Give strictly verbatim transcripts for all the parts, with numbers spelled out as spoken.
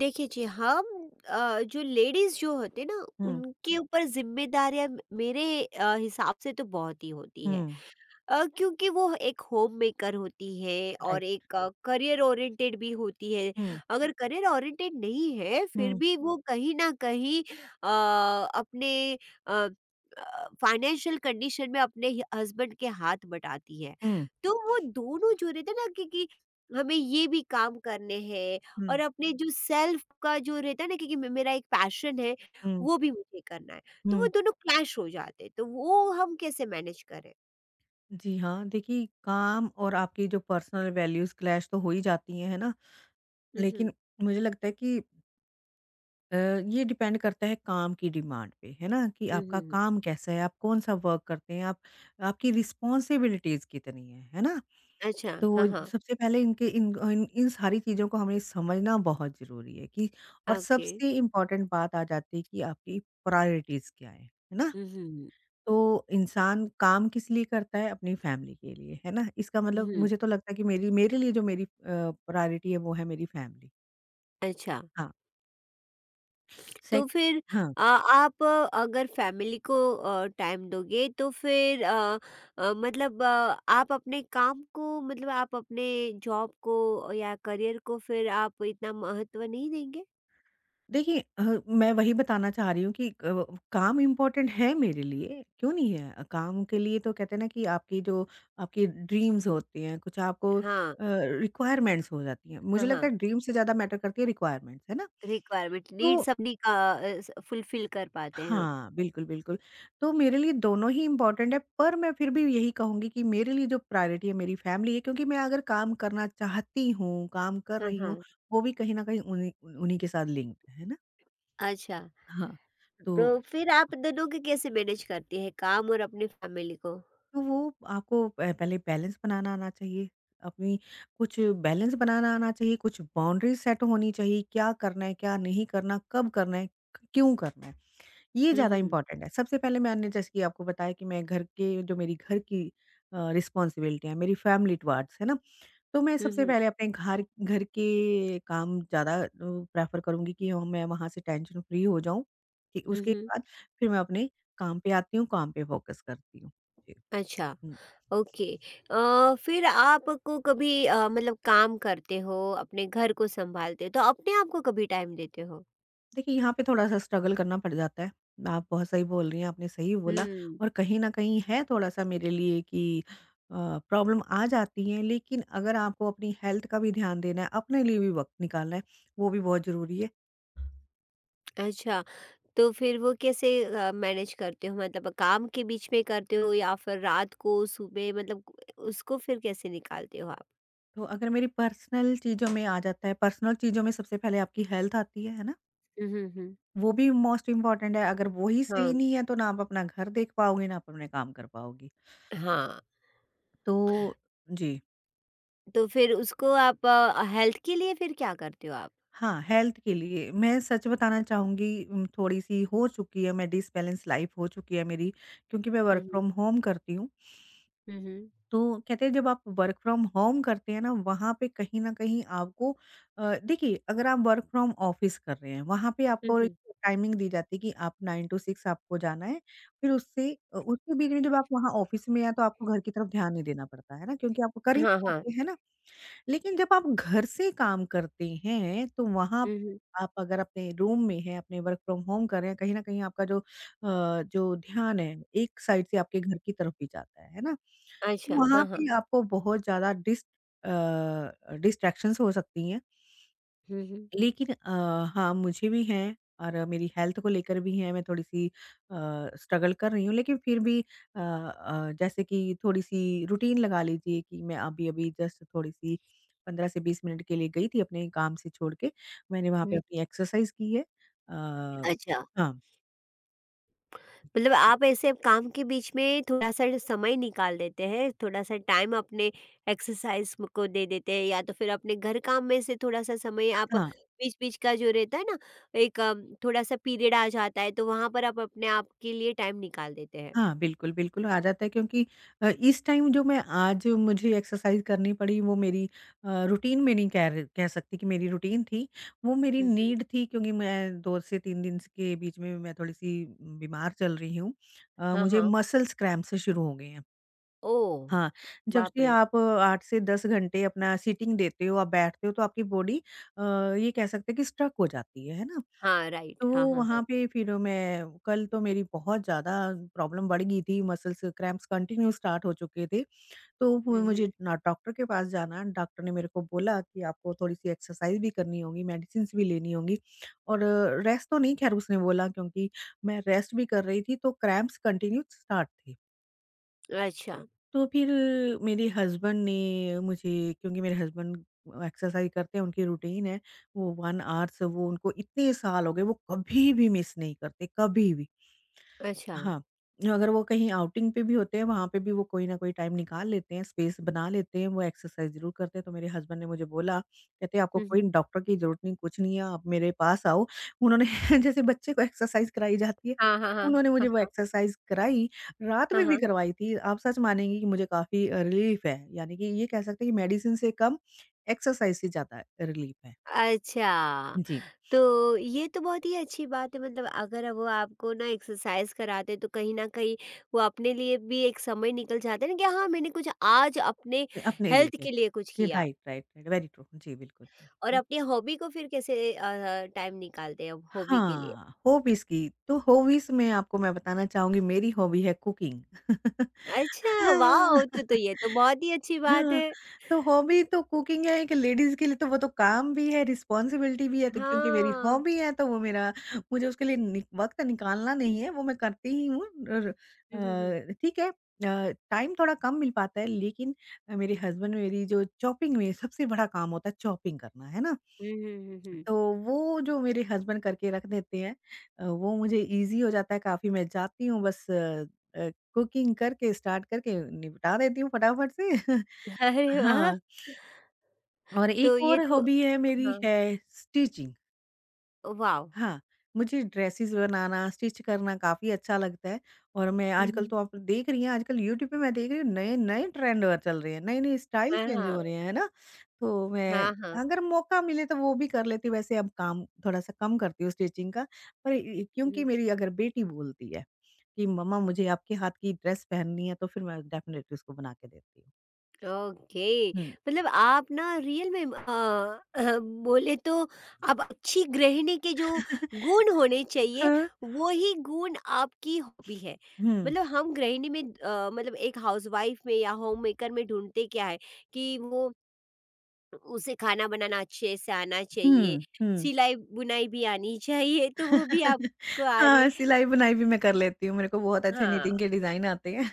देखिए जी, हम अ, जो लेडीज जो होते हैं ना, हुँ, उनके ऊपर जिम्मेदारियां मेरे अ, हिसाब से तो बहुत ही होती हुँ। है, अ, क्योंकि वो एक होम मेकर होती है राइट। और एक अ, करियर ओरिएंटेड भी होती है। हुँ, अगर करियर ओरिएंटेड नहीं है फिर हुँ, भी वो कहीं न कहीं अ, अपने अ अ, फाइनेंशियल कंडीशन में अपने ह हस्बैंड के हाथ बटाती है। हुँ। तो वो दोनों जो रहते हैं ना, क्योंकि हमें ये भी काम करने हैं हुँ। और अपने जो सेल्फ का जो रहता है ना, क्योंकि मे मेरा एक पैशन है, हुँ, वो भी मुझे करना है। तो वो हुँ। दोनों क्लैश हो जाते हैं। तो वो हम कैसे मैनेज करें? जी हाँ, देखिए काम और आपकी जो पर्सनल वैल्यूज़ क्लैश तो हो ही जाती हैं, है ना? हुँ, लेकिन हुँ। मुझे लगता है कि अ, ये डिपेंड करता है काम की डिमांड पे, है ना? कि हुँ, आपका हुँ। काम कैसा है, आप कौन-सा वर्क करते हैं, आप आपकी रिस्पॉन्सिबिलिटीज़ कितनी हैं, है ना? अच्छा, तो हाँ, हाँ। सबसे पहले इनके इन इन इन सारी चीज़ों को हमें समझना बहुत ज़रूरी है कि और ओके। सबसे इम्पोर्टेंट बात आ जाती है कि आपकी प्रायोरिटीज़ क्या हैं, है ना? हुँ, हुँ, तो इंसान काम किस लिए करता है? अपनी फैमिली के लिए, है ना? इसका मतलब हुँ। मुझे तो लगता है कि मेरी मेरे लिए जो मेरी अ, प्रायोरिटी है वो है मेरी फैमिली। अच्छा, हाँ, तो सेक फिर हाँ, अ, आप आ, अगर फैमिली को अ, टाइम दोगे, तो फिर अ अ, मतलब अ, आप अपने काम को, मतलब आप अपने जॉब को या करियर को फिर आप इतना महत्व नहीं देंगे? देखिए अ, मैं वही बताना चाह रही हूँ कि क काम इम्पोर्टेंट है मेरे लिए, क्यों नहीं है? अ, काम के लिए तो कहते हैं ना कि आपकी जो आपकी ड्रीम्स होती हैं, कुछ आपको अ, हाँ, रिक्वायरमेंट्स हो जाती हैं। हाँ, मुझे लगता हाँ। है ड्रीम से ज़्यादा मैटर करती है रिक्वायरमेंट्स, है ना? रिक्वायरमेंट नीड्स तो अपनी का अ, स फुलफिल कर पाते हैं हम। हाँ, बिल्कुल, बिल्कुल। तो मेरे लिए दोनों ही इम्पोर्टेंट है, पर मैं फिर भी यही कहूँगी कि मेरे लिए जो प्रायोरिटी है मेरी फैमिली है क्योंकि मैं अगर काम करना चाहती हूँ, काम कर हाँ, रही हूँ, हाँ। वो भी कहीं न कहीं उन्हीं उन्हीं के साथ लिंक्ड है, है ना? अच्छा, हाँ। तो तो फिर आप दोनों को कैसे मैनेज करती हैं, काम और अपनी फैमिली को? तो वो आपको प पहले बैलेंस बनाना आना चाहिए, अपनी कुछ बैलेंस बनाना आना चाहिए, कुछ बाउंड्रीज़ सेट होनी चाहिए, क्या करना है, क्या नहीं करना, कब करना है, क्यों करना है। ये हुँ, ज़्यादा हुँ। इम्पोर्टेंट है। सबसे पहले मैंने जैसे कि आपको बताया कि मैं घर के जो मेरी घर की अ, रिस्पॉन्सिबिलिटी है, मेरी फैमिली टुवार्ड्स, है ना? तो मैं हुँ, सबसे हुँ। पहले अपने घर घर के काम ज़्यादा अ, प्रेफ़र करूँगी कि हाँ, मैं वहाँ से टेंशन फ्री हो जाऊँ। कि हुँ, उसके हुँ। बाद फिर मैं अपने काम पे आती हूँ, काम पे फ़ोकस करती हूँ। जी। अच्छा, हुँ। ओके। अ, फिर आपको कभी अ, मतलब काम करते हो, अपने घर को सँभालते हो, तो अपने आप को कभी टाइम देते हो? देखिए, यहाँ पे थोड़ा-सा स्ट्रगल करना पड़ जाता है। आप बहुत सही बोल रही हैं, आपने सही बोला हुँ। और कहीं न कहीं है थोड़ा-सा मेरे लिए कि अ, प्रॉब्लम आ जाती है, लेकिन अगर आपको अपनी हेल्थ का भी ध्यान देना है, अपने लिए भी वक़्त निकालना है, वो भी बहुत ज़रूरी है। अच्छा, तो फिर वो कैसे अ, मैनेज करते हो? मतलब काम के बीच में करते हो या फिर रात को, सुबह, मतलब उसको फिर कैसे निकालते हो आप? तो अगर मेरी पर्सनल चीज़ों में आ जाता है, पर्सनल चीज़ों में सबसे पहले आपकी हेल्थ आती है, है ना? हुँ, हुँ, हुँ। वो भी मोस्ट इम्पोर्टेंट है, अगर वो ही सही हाँ, नहीं है, तो ना आप अपना घर देख पाओगे, ना आप अपने काम कर पाओगे। हाँ। तो जी। तो फिर उसको आप अ, हेल्थ के लिए फिर क्या करते हो आप? हाँ, हेल्थ के लिए मैं सच बताना चाहूँगी उम, थोड़ी-सी हो चुकी है मैं डिसबैलेंस लाइफ़ हो चुकी है मेरी क्योंकि मैं हुँ, वर्क हुँ। फ्रॉम होम करती हूँ। हुँ, हुँ। तो कहते हैं जब आप वर्क फ्रॉम होम करते हैं ना वहाँ पे कहीं न कहीं आपको अ, देखिए अगर आप वर्क फ्रॉम ऑफ़िस कर रहे हैं वहाँ पे हुँ, आपको हुँ। टाइमिंग दी जाती है कि आप नाइन टू सिक्स आपको जाना है। फिर उससे अ, उसके बीच में जब आप वहाँ ऑफ़िस में हैं तो आपको घर की तरफ ध्यान नहीं देना पड़ता है ना क्योंकि आप कर ही हाँ, नहीं हाँ। पाते, है ना? लेकिन जब आप घर से काम करते हैं, तो वहाँ हुँ, हुँ। आप अगर अपने रूम में हैं, अपने वर्क फ्रॉम होम कर रहे हैं, कहीं न कहीं आपका जो अ, जो ध्यान है, एक साइड से आपके घर की तरफ भी जाता है, है ना? अच्छा, वहाँ हाँ, पे हाँ। आपको बहुत ज़्यादा डिस अ, डिस्ट्रैक्शंस हो सकती हैं। हुँ, हुँ। लेकिन अ, हाँ, मुझे भी हैं और मेरी हेल्थ को लेकर भी हैं, मैं थोड़ी-सी अ, स्ट्रगल कर रही हूँ, लेकिन फिर भी अ अ, जैसे कि थोड़ी-सी रूटीन लगा लीजिए कि मैं अभी-अभी जस्ट थोड़ी-सी पंद्रह से बीस मिनट के लिए गई थी अपने काम से छोड़ के, मैंने वहाँ पे हुँ। अपनी एक्सरसाइज की है। अ, अच्छा, हाँ, मतलब आप ऐसे काम के बीच में थोड़ा-सा समय निकाल देते हैं, थोड़ा-सा टाइम अपने एक्सरसाइज़ म को दे देते हैं, या तो फिर अपने घर काम में से थोड़ा-सा समय आप हाँ। बीच-बीच का जो रहता है ना, एक थोड़ा-सा पीरियड आ जाता है, तो वहाँ पर आप अपने आप के लिए टाइम निकाल देते हैं। हाँ, बिल्कुल, बिल्कुल आ जाता है क्योंकि अ, इस टाइम जो मैं आज मुझे एक्सरसाइज़ करनी पड़ी वो मेरी अ, रूटीन में नहीं कह र कह सकती कि मेरी रूटीन थी, वो मेरी हुँ, हुँ। नीड थी क्योंकि मैं दो से तीन दिन स के बीच में मैं थोड़ी-सी बीमार चल रही हूँ। अ, हाँ, मुझे हाँ। मसल्स क्रैम्प्स शुरू हो गए हैं। ओह! हाँ, जब बाप से रे! आप आठ से दस घंटे अपना सिटिंग देते हो, आप बैठते हो तो आपकी बॉडी अ, ये कह सकते हैं कि स्ट्रक हो जाती है, है ना? हाँ, राइट। तो हाँ, हाँ, हाँ। वहाँ पे फिर मैं कल तो मेरी बहुत ज़्यादा प्रॉब्लम बढ़ गई थी, मसल्स क्रैम्प्स कंटिन्यू स्टार्ट हो चुके थे। तो हुँ, फिर मुझे हुँ। ना डॉक्टर के पास जाना, डॉक्टर ने मेरे को बोला कि आपको थोड़ी-सी एक्सरसाइज़ भी करनी होगी, मेडिसिन्स भी लेनी होंगी और रेस्ट तो नहीं ख़ैर उसने बोला क्योंकि मैं रेस्ट भी कर रही थी, तो क्रैम्प्स कंटिन्यू स्टार्ट थे। अच्छा, तो फिर मेरे हस्बैंड ने मुझे क्योंकि मेरे हस्बैंड एक्सरसाइज करते हैं उनकी रूटीन है वो वन आवर्स वो उनको इतने साल हो गए वो कभी भी मिस नहीं करते, कभी भी। अच्छा। हाँ, अगर वो कहीं आउटिंग पे भी होते हैं, वहाँ पे भी वो कोई ना कोई टाइम निकाल लेते हैं, स्पेस बना लेते हैं, वो एक्सरसाइज़ ज़रूर करते हैं। तो मेरे हस्बैंड ने मुझे बोला, कहते आपको हुँ, कोई हुँ। डॉक्टर की ज़रूरत नहीं, कुछ नहीं है, आप मेरे पास आओ। उन्होंने जैसे बच्चे को एक्सरसाइज़ कराई जाती है, हाँ, हाँ, हाँ। उन्होंने मुझे हाँ, वो एक्सरसाइज़ कराई, रात हाँ, में भी हाँ। करवाई थी। आप सच मानेंगी कि मुझे काफ़ी अ, रिलीफ़ है, यानी कि ये कह सकते हैं कि मेडिसिन से कम एक्सरसाइज़ से ज़्यादा रिलीफ़ है। अच्छा, जी, तो ये तो बहुत ही अच्छी बात है। मतलब अगर वो आपको ना एक्सरसाइज़ कराते तो कहीं न कहीं वो अपने लिए भी एक समय निकल जाता है ना, कि हाँ, मैंने कुछ आज अपने अपने हेल्थ लिए है। के लिए कुछ कि किया। Right, right, right, very true. जी, बिल्कुल। और अपनी हॉबी को फिर कैसे अ, टाइम निकालते हैं अब हॉबी के लिए? हाँ, हॉबीज़ की, तो हॉबीज़ में आपको मैं बताना चाहूँगी मेरी हॉबी है कुकिंग। अच्छा, हाँ, वाओ! तो तो ये तो बहुत ही अच्छी बात हाँ, है। तो हॉबी तो कुकिंग है एक लेडीज़ के लिए तो वो तो काम भी है, रिस्पॉन्सिबिलिटी भी है, तो क्योंकि मेरी हाँ। हॉबी है तो वो मेरा मुझे उसके लिए नि वक़्त निकालना नहीं है, वो मैं करती ही हूँ और अ, ठीक है अ, टाइम थोड़ा कम मिल पाता है लेकिन अ, मेरे हस्बैंड मेरी जो चॉपिंग में सबसे बड़ा काम होता है चॉपिंग करना, है ना? हुँ, हुँ, हुँ। हुँ, हुँ, हुँ, हुँ। तो वो जो मेरे हस्बैंड करके रख देते हैं अ, वो मुझे ईज़ी हो जाता है काफ़ी, मैं जाती हूँ बस अ अ, कुकिंग करके स्टार्ट करके निपटा देती हूँ फटाफट से। अरे वाह! हाँ, और तो एक ये और तो हॉबी है हाँ, मेरी है स्टिचिंग। वाओ! हाँ, मुझे ड्रेसेज़ बनाना, स्टिच करना काफ़ी अच्छा लगता है और मैं हुँ, आजकल हुँ। तो आप देख रही हैं, आजकल यूट्यूब पे मैं देख रही हूँ नए-नए ट्रेंड अ, चल रहे हैं, नए-नए स्टाइल हाँ, चेंज हाँ। हो रहे हैं, है ना? तो मैं हाँ, हाँ। अगर मौका मिले तो वो भी कर लेती हूँ, वैसे अब काम थोड़ा-सा कम करती हूँ स्टिचिंग का, पर ए, क्योंकि मेरी अगर बेटी बोलती है कि मम्मा मुझे आपके हाथ की ड्रेस पहननी है, तो फिर मैं डेफ़िनेटली उसको बना के देती हूँ। ओके, हुँ। मतलब आप ना रियल में अ, बोले तो आप अच्छी गृहिणी के जो गुण होने चाहिए, हाँ। वो ही गुण आपकी हॉबी है। हुँ, मतलब हम गृहिणी में अ, मतलब एक हाउसवाइफ में या होम मेकर में ढूंढते क्या है कि वो उसे खाना बनाना अच्छे से आना हुँ, चाहिए, हुँ। सिलाई बुनाई भी आनी चाहिए, तो वो भी आपको आ रही। हाँ, सिलाई-बुनाई भी मैं कर लेती हूँ, मेरे को बहुत अच्छे हाँ, निटिंग के डिज़ाइन आते हैं।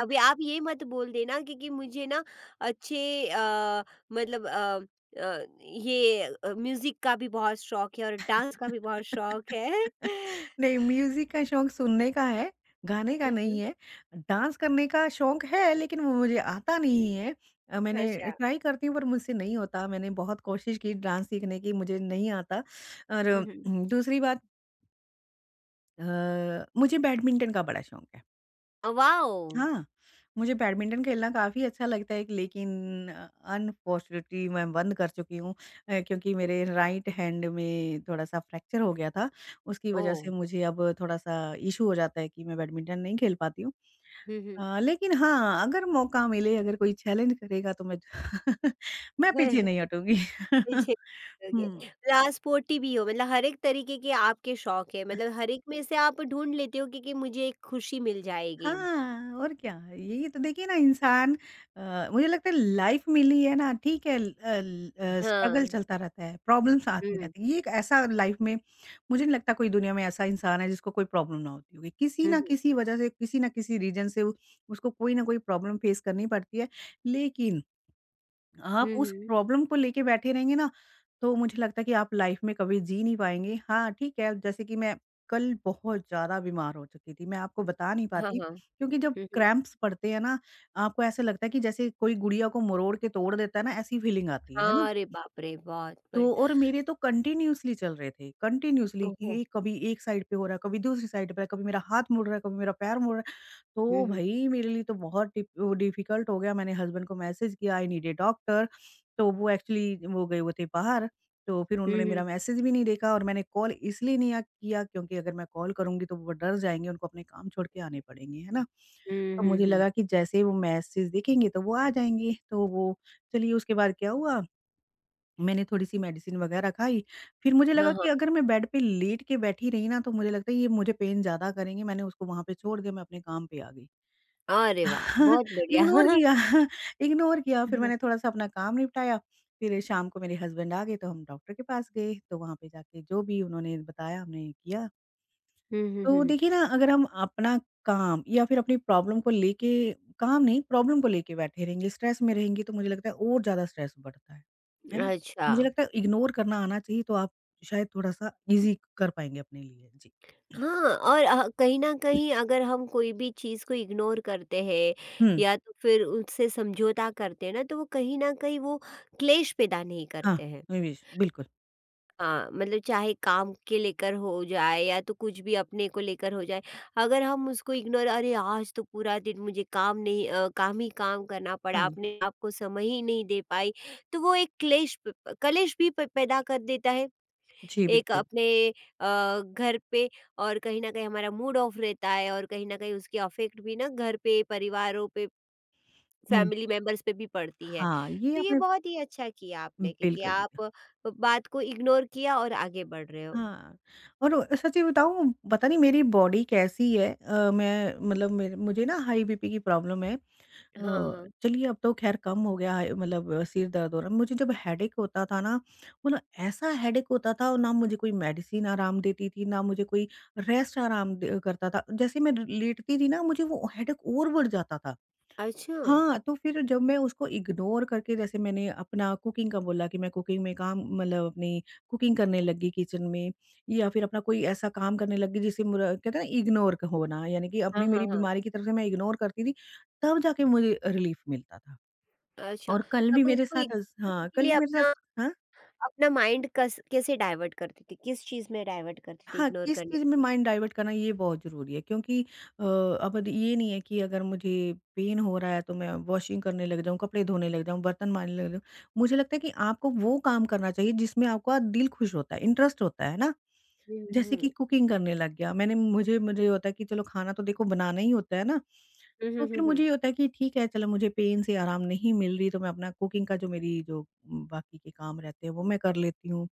अभी आप ये मत बोल देना क्योंकि मुझे ना अच्छे अ, मतलब अ, अ, ये अ, म्यूजिक का भी बहुत शौक है और डांस का भी बहुत शौक है। नहीं, म्यूज़िक का शौक सुनने का है, गाने का हम्म, नहीं हम्म। है। डांस करने का शौक है, लेकिन वो मुझे आता नहीं है। अ, मैंने अच्छा, ट्राई करती हूँ, पर मुझसे नहीं होता। मैंने बहुत कोशिश की डांस सीखने की, मुझे नहीं आता और हम्म, हम्म। अम, दूसरी बात अ, मुझे बैडमिंटन का बड़ा शौक है। अ, वाओ। हाँ, मुझे बैडमिंटन खेलना काफ़ी अच्छा लगता है लेकिन अनफ़ॉर्चुनेटली मैं बंद कर चुकी हूँ अ, क्योंकि मेरे राइट हैंड में थोड़ा-सा फ्रैक्चर हो गया था। उसकी ओ। वज़ह से मुझे अब थोड़ा-सा इश्यू हो जाता है कि मैं बैडमिंटन नहीं खेल पाती हूँ। हम्म। अ, लेकिन हाँ, अगर मौका मिले, अगर कोई चैलेंज करेगा तो मैं मैं पीछे हम्म। नहीं हटूँगी। मुझे हुँ। लास्ट पोटी भी हो, मतलब हर एक तरीके के आपके शौक है, मतलब हर एक में से आप ढूंढ लेते हो क्योंकि मुझे एक खुशी मिल जाएगी। हाँ, और क्या। यही तो देखिए ना इंसान अ, मुझे लगता है लाइफ़ मिली है ना ठीक है ल अ, ल अ, स्ट्रगल हाँ। चलता रहता है, प्रॉब्लम्स आती हम्म। रहती हैं। ये एक ऐसा लाइफ़ में मुझे नहीं लगता कोई दुनिया में ऐसा इंसान है जिसको कोई प्रॉब्लम ना होती होगी। किसी हम्म। न किसी वजह से, किसी न किसी रीज़न से उ- उसको कोई न कोई प्रॉब्लम फ़ेस करनी पड़ती है। लेकिन आप हम्म। उस हम्म, प्रॉब्लम को लेके बैठे रहेंगे ना, तो मुझे लगता है कि आप लाइफ़ में कभी जी नहीं पाएँगे। हाँ, ठीक है, जैसे कि मैं कल बहुत ज़्यादा बीमार हो चुकी थी, मैं आपको बता नहीं हाँ, पाती हाँ। क्योंकि जब हम्म, हम्म। क्रैम्प्स पड़ते हैं ना, आपको ऐसा लगता है कि जैसे कोई गुड़िया को मरोड़ के तोड़ देता है ना, ऐसी फीलिंग आती है, है ना? हाँ, अरे बाप रे, बहुत तो बढ़िया। और मेरे तो कंटिन्यूअसली चल रहे थे, कंटिन्यूअसली कि ओहो! ये कभी एक साइड पे हो रहा है, कभी दूसरी साइड पे है, कभी मेरा हाथ मुड़ रहा है, कभी मेरा पैर मुड़ रहा है। हुँ, तो हुँ। भई मेरे लिए तो बहुत डिफ वो डिफ़िकल्ट हो गया, मैंने हस्बैंड को मैसेज किया आई नीड अ डॉक्टर। तो वो एक्चुअली वो गए हुए थे बाहर, तो फिर हुँ, उन्होंने हुँ। मेरा मैसेज भी नहीं देखा और मैंने कॉल इसलिए नहीं या किया क्योंकि अगर मैं कॉल करूँगी तो वो डर जाएँगे, उनको अपने काम छोड़ के आने पड़ेंगे, है ना? हुँ, तो हुँ, मुझे हुँ। लगा कि जैसे ही वो मैसेज देखेंगे तो वो आ जाएँगे, तो वो चलिए उसके बाद क्या हुआ, मैंने थोड़ी-सी मेडिसिन वगैरह खाई, फिर मुझे लगा हाँ, हाँ। कि अगर मैं बेड पे लेट के बैठी रही ना, तो मुझे लगता है ये मुझे पेन ज़्यादा करेंगे, मैंने उसको वहाँ पे छोड़ दिया, मैं अपने काम पे आ गई। अरे वाह! बहुत बढ़िया। इग्नोर किया। इग्नोर किया फिर मैंने थोड़ा-सा अपना काम निपटाया, फिर शाम को मेरे हस्बैंड आ गए तो हम डॉक्टर के पास गए, तो वहाँ पे जाके जो भी उन्होंने बताया हमने किया। हुँ, हुँ, हुँ, तो हुँ। देखिए ना अगर हम अपना काम या फिर अपनी प्रॉब्लम को लेके काम नहीं प्रॉब्लम को लेके बैठे रहेंगे, स्ट्रेस में रहेंगे तो मुझे लगता है और ज़्यादा स्ट्रेस बढ़ता है, है ना? अच्छा। मुझे लगता है इग्नोर करना आना चाहिए तो आप शायद थोड़ा-सा ईज़ी कर पाएँगे अपने लिए। जी। हाँ, और अ, कहीं न कहीं अगर हम कोई भी चीज़ को इग्नोर करते हैं हुँ, या तो फिर उससे समझौता करते हैं ना, तो वो कहीं न कहीं वो क्लेश पैदा नहीं हाँ, करते हैं। निवेश बिल्कुल। हाँ, मतलब चाहे काम के लेकर हो जाए या तो कुछ भी अपने को लेकर हो जाए, अगर हम उसको इग्नोर। अरे आज तो पूरा दिन मुझे काम नहीं, अ, काम ही काम करना हाँ, पड़ा, अपने आप को समय ही नहीं दे पाई, तो वो एक क्लेश प- कलेश भी प- पैदा कर देता है, जी एक बिल्कुल। अपने अ, घर पे, और कहीं ना कहीं हमारा मूड ऑफ रहता है, और कहीं ना कहीं उसके अफेक्ट भी ना घर पे, परिवारों पे, हुँ। फैमिली मेंबर्स पे भी पड़ती है। हाँ, ये तो ये आपने बहुत ही अच्छा किया आपने, क्योंकि बिल्कुल, बिल्कुल। आप बात को इग्नोर किया और आगे बढ़ रहे हो। हाँ, और वो सच्ची बताऊँ पता नहीं मेरी बॉडी कैसी है, अ, मैं मतलब मेर मुझे ना हाई बीपी की प्रॉब्लम है। अ, हाँ, हाँ। चलिए अब तो ख़ैर कम हो गया है मतलब, अ, सिर दर्द हो रहा है। मुझे जब हेडेक होता था ना, मतलब ऐसा हेडेक होता था और ना मुझे कोई मेडिसिन आराम देती थी, ना मुझे कोई रेस्ट आराम द करता था। जैसे मैं लेटती थी ना मुझे वो हेडेक और बढ़ जाता था। अच्छा। हाँ, तो फिर जब मैं उसको इग्नोर करके जैसे मैंने अपना कुकिंग का बोला कि मैं कुकिंग में काम मतलब अपनी कुकिंग करने लगी किचन में या फिर अपना कोई ऐसा काम करने लगी जिसे मुरा कहते हैं ना इग्नोर क होना यानी कि हाँ, अपनी मेरी हाँ, हाँ। बीमारी की तरफ से मैं इग्नोर करती थी, तब जाके मुझे रिलीफ़ मिलता था। अच्छा, और कल तब भी मेरे उसको साथ अस इग्नोर करने हाँ, के कल लिए भी मेरे साथ। अपना हाँ? अपना माइंड कस कैसे डाइवर्ट करती थी? किस चीज़ में डाइवर्ट करती थी हाँ, इग्नोर किस करने चीज़ में के लिए? माइंड डाइवर्ट करना ये बहुत ज़रूरी है क्योंकि अ, अब ये नहीं है कि अगर मुझे पेन हो रहा है तो मैं वॉशिंग करने लग जाऊँ, कपड़े धोने लग जाऊँ, बर्तन मांजने लग जाऊँ। मुझे लगता है कि आपको वो काम करना चाहिए जिसमें आपका दिल खुश होता है, इंटरेस्ट होता है, है ना? हुँ, जैसे हुँ, कि हुँ। कुकिंग करने लग गया, मैंने मुझे मुझे होता है कि चलो खाना तो देखो बनाना ही होता है ना? हुँ, तो हुँ, फिर हुँ, मुझे हुँ। ये होता है कि ठीक है चलो मुझे पेन से आराम नहीं मिल रही तो मैं अपना कुकिंग का जो मेरी जो उम, बाकी के काम रहते हैं वो मैं कर लेती हूँ।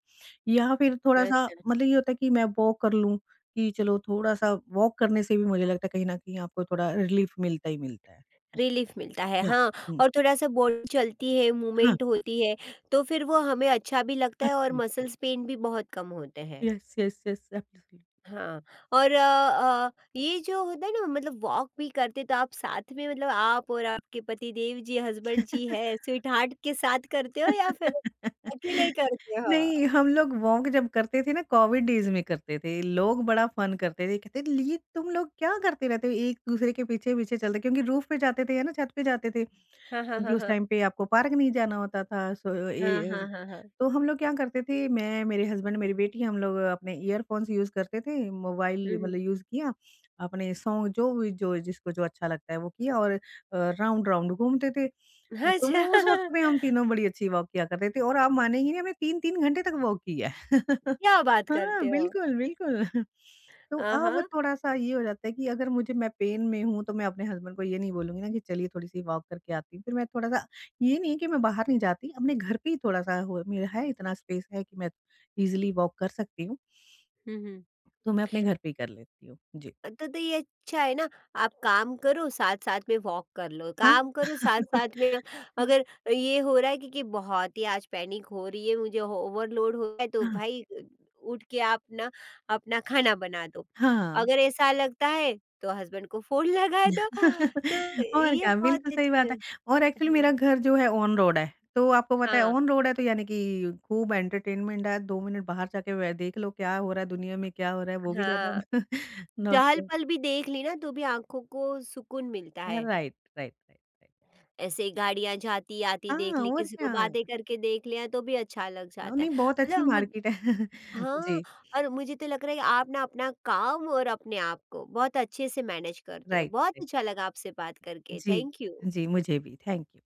या फिर थोड़ा-सा अच्छा, मतलब ये होता है कि मैं वॉक कर लूँ, कि चलो थोड़ा-सा वॉक करने से भी मुझे लगता है कहीं न कहीं आपको थोड़ा रिलीफ मिलता ही मिलता है। रिलीफ़ मिलता है, या हाँ। हुँ, और थोड़ा-सा बॉडी चलती है, हाँ, मूवमेंट होती है, तो फिर वो हमें अच्छा भी लगता है और अच्छा लगता है। मसल्स पेन भी बहुत कम होते हैं। Yes, yes, yes, absolute. हाँ, और अ अ, ये जो होता है ना, मतलब वॉक भी करते तो आप साथ में, मतलब आप और आपके पति देव जी, हस्बैंड जी है, स्वीटहार्ट के साथ करते हो या फिर अकेले करते हो? नहीं, हम लोग वॉक जब करते थे ना कोविड डेज़ में करते थे, लोग बड़ा फ़न करते थे, कहते, "ये तुम लोग क्या करते रहते हो? एक-दूसरे के पीछे-पीछे चलते" क्योंकि रूफ़ पे जाते थे या ना छत पे जाते थे। हाँ, हाँ, क्योंकि हाँ, उस हाँ। टाइम पे आपको पार्क नहीं जाना होता था, सो हाँ, ए अ, हाँ, हाँ, हाँ। तो हम लोग क्या करते थे, मैं, मेरे हस्बैंड, मेरी बेटी, हम लोग अपने ईयरफ़ोन्स यूज़ करते थे, हुँ, मोबाइल हुँ। मतलब यूज़ किया, अपने सॉन्ग जो भी जो जिसको जो अच्छा लगता है वो किया और अ, राउंड-राउंड घूमते थे। अ, तो अच्छा। वो उस वक़्त में हम तीनों बड़ी अच्छी वॉक किया करते थे और आप मानेंगी नहीं हमने तीन तीन घंटे तक वॉक किया है। क्या बात करते हाँ, हो? बिल्कुल, बिल्कुल। तो आ, अब हाँ। थोड़ा-सा ये हो जाता है कि अगर मुझे मैं पेन में हूँ, तो मैं अपने हस्बैंड को ये नहीं बोलूँगी ना कि चलिए थोड़ी-सी वॉक करके आती हूँ। फिर मैं थोड़ा-सा ये नहीं है कि मैं बाहर नहीं जाती, अपने घर पे ही थोड़ा-सा हो मेरा है इतना स्पेस है कि मैं ईज़िली वॉक कर सकती हूँ, हुँ, हुँ। तो मैं अपने घर पे ही कर लेती हूँ। जी। तो तो ये अच्छा है ना, आप काम करो साथ-साथ में वॉक कर लो, हाँ। काम करो साथ-साथ में। अगर ये हो रहा है कि कि बहुत ही आज पैनिक हो रही है, मुझे ओवरलोड हो रहा है, तो हाँ। भाई उठ के आप ना अपना खाना बना दो। हाँ। अगर ऐसा लगता है तो हस्बैंड को फ़ोन लगा दो, तो और ये क्या, बहुत बिल्कुल सही बात है। अच्छी। और एक्चुअली मेरा घर जो है ऑन रोड है, तो आपको पता हाँ, है हाँ, ऑन रोड है तो यानी कि खूब एंटरटेनमेंट है, दो मिनट बाहर जाके वे देख लो क्या हो रहा है, दुनिया में क्या हो रहा है, वो भी ज़्यादा हाँ। नोट किया। चहल-पहल भी देख ली ना तो भी आँखों को सुकून मिलता है। Right, right, right, right. ऐसे ही गाड़ियाँ जाती-आती देख हाँ, ली, और किसी क्या। को बातें करके देख लिया तो भी अच्छा लग हाँ, जाता है। नहीं बहुत अच्छी मतलब मुझ। मार्केट है। हाँ, जी, और मुझे तो लग रहा है कि आप ना अपना काम और अपने आप को बहुत अच्छे से मैनेज करते हो। राइट, बहुत राइट। अच्छा लगा आपसे बात करके। जी, थैंक यू। जी, मुझे भी, थैंक यू।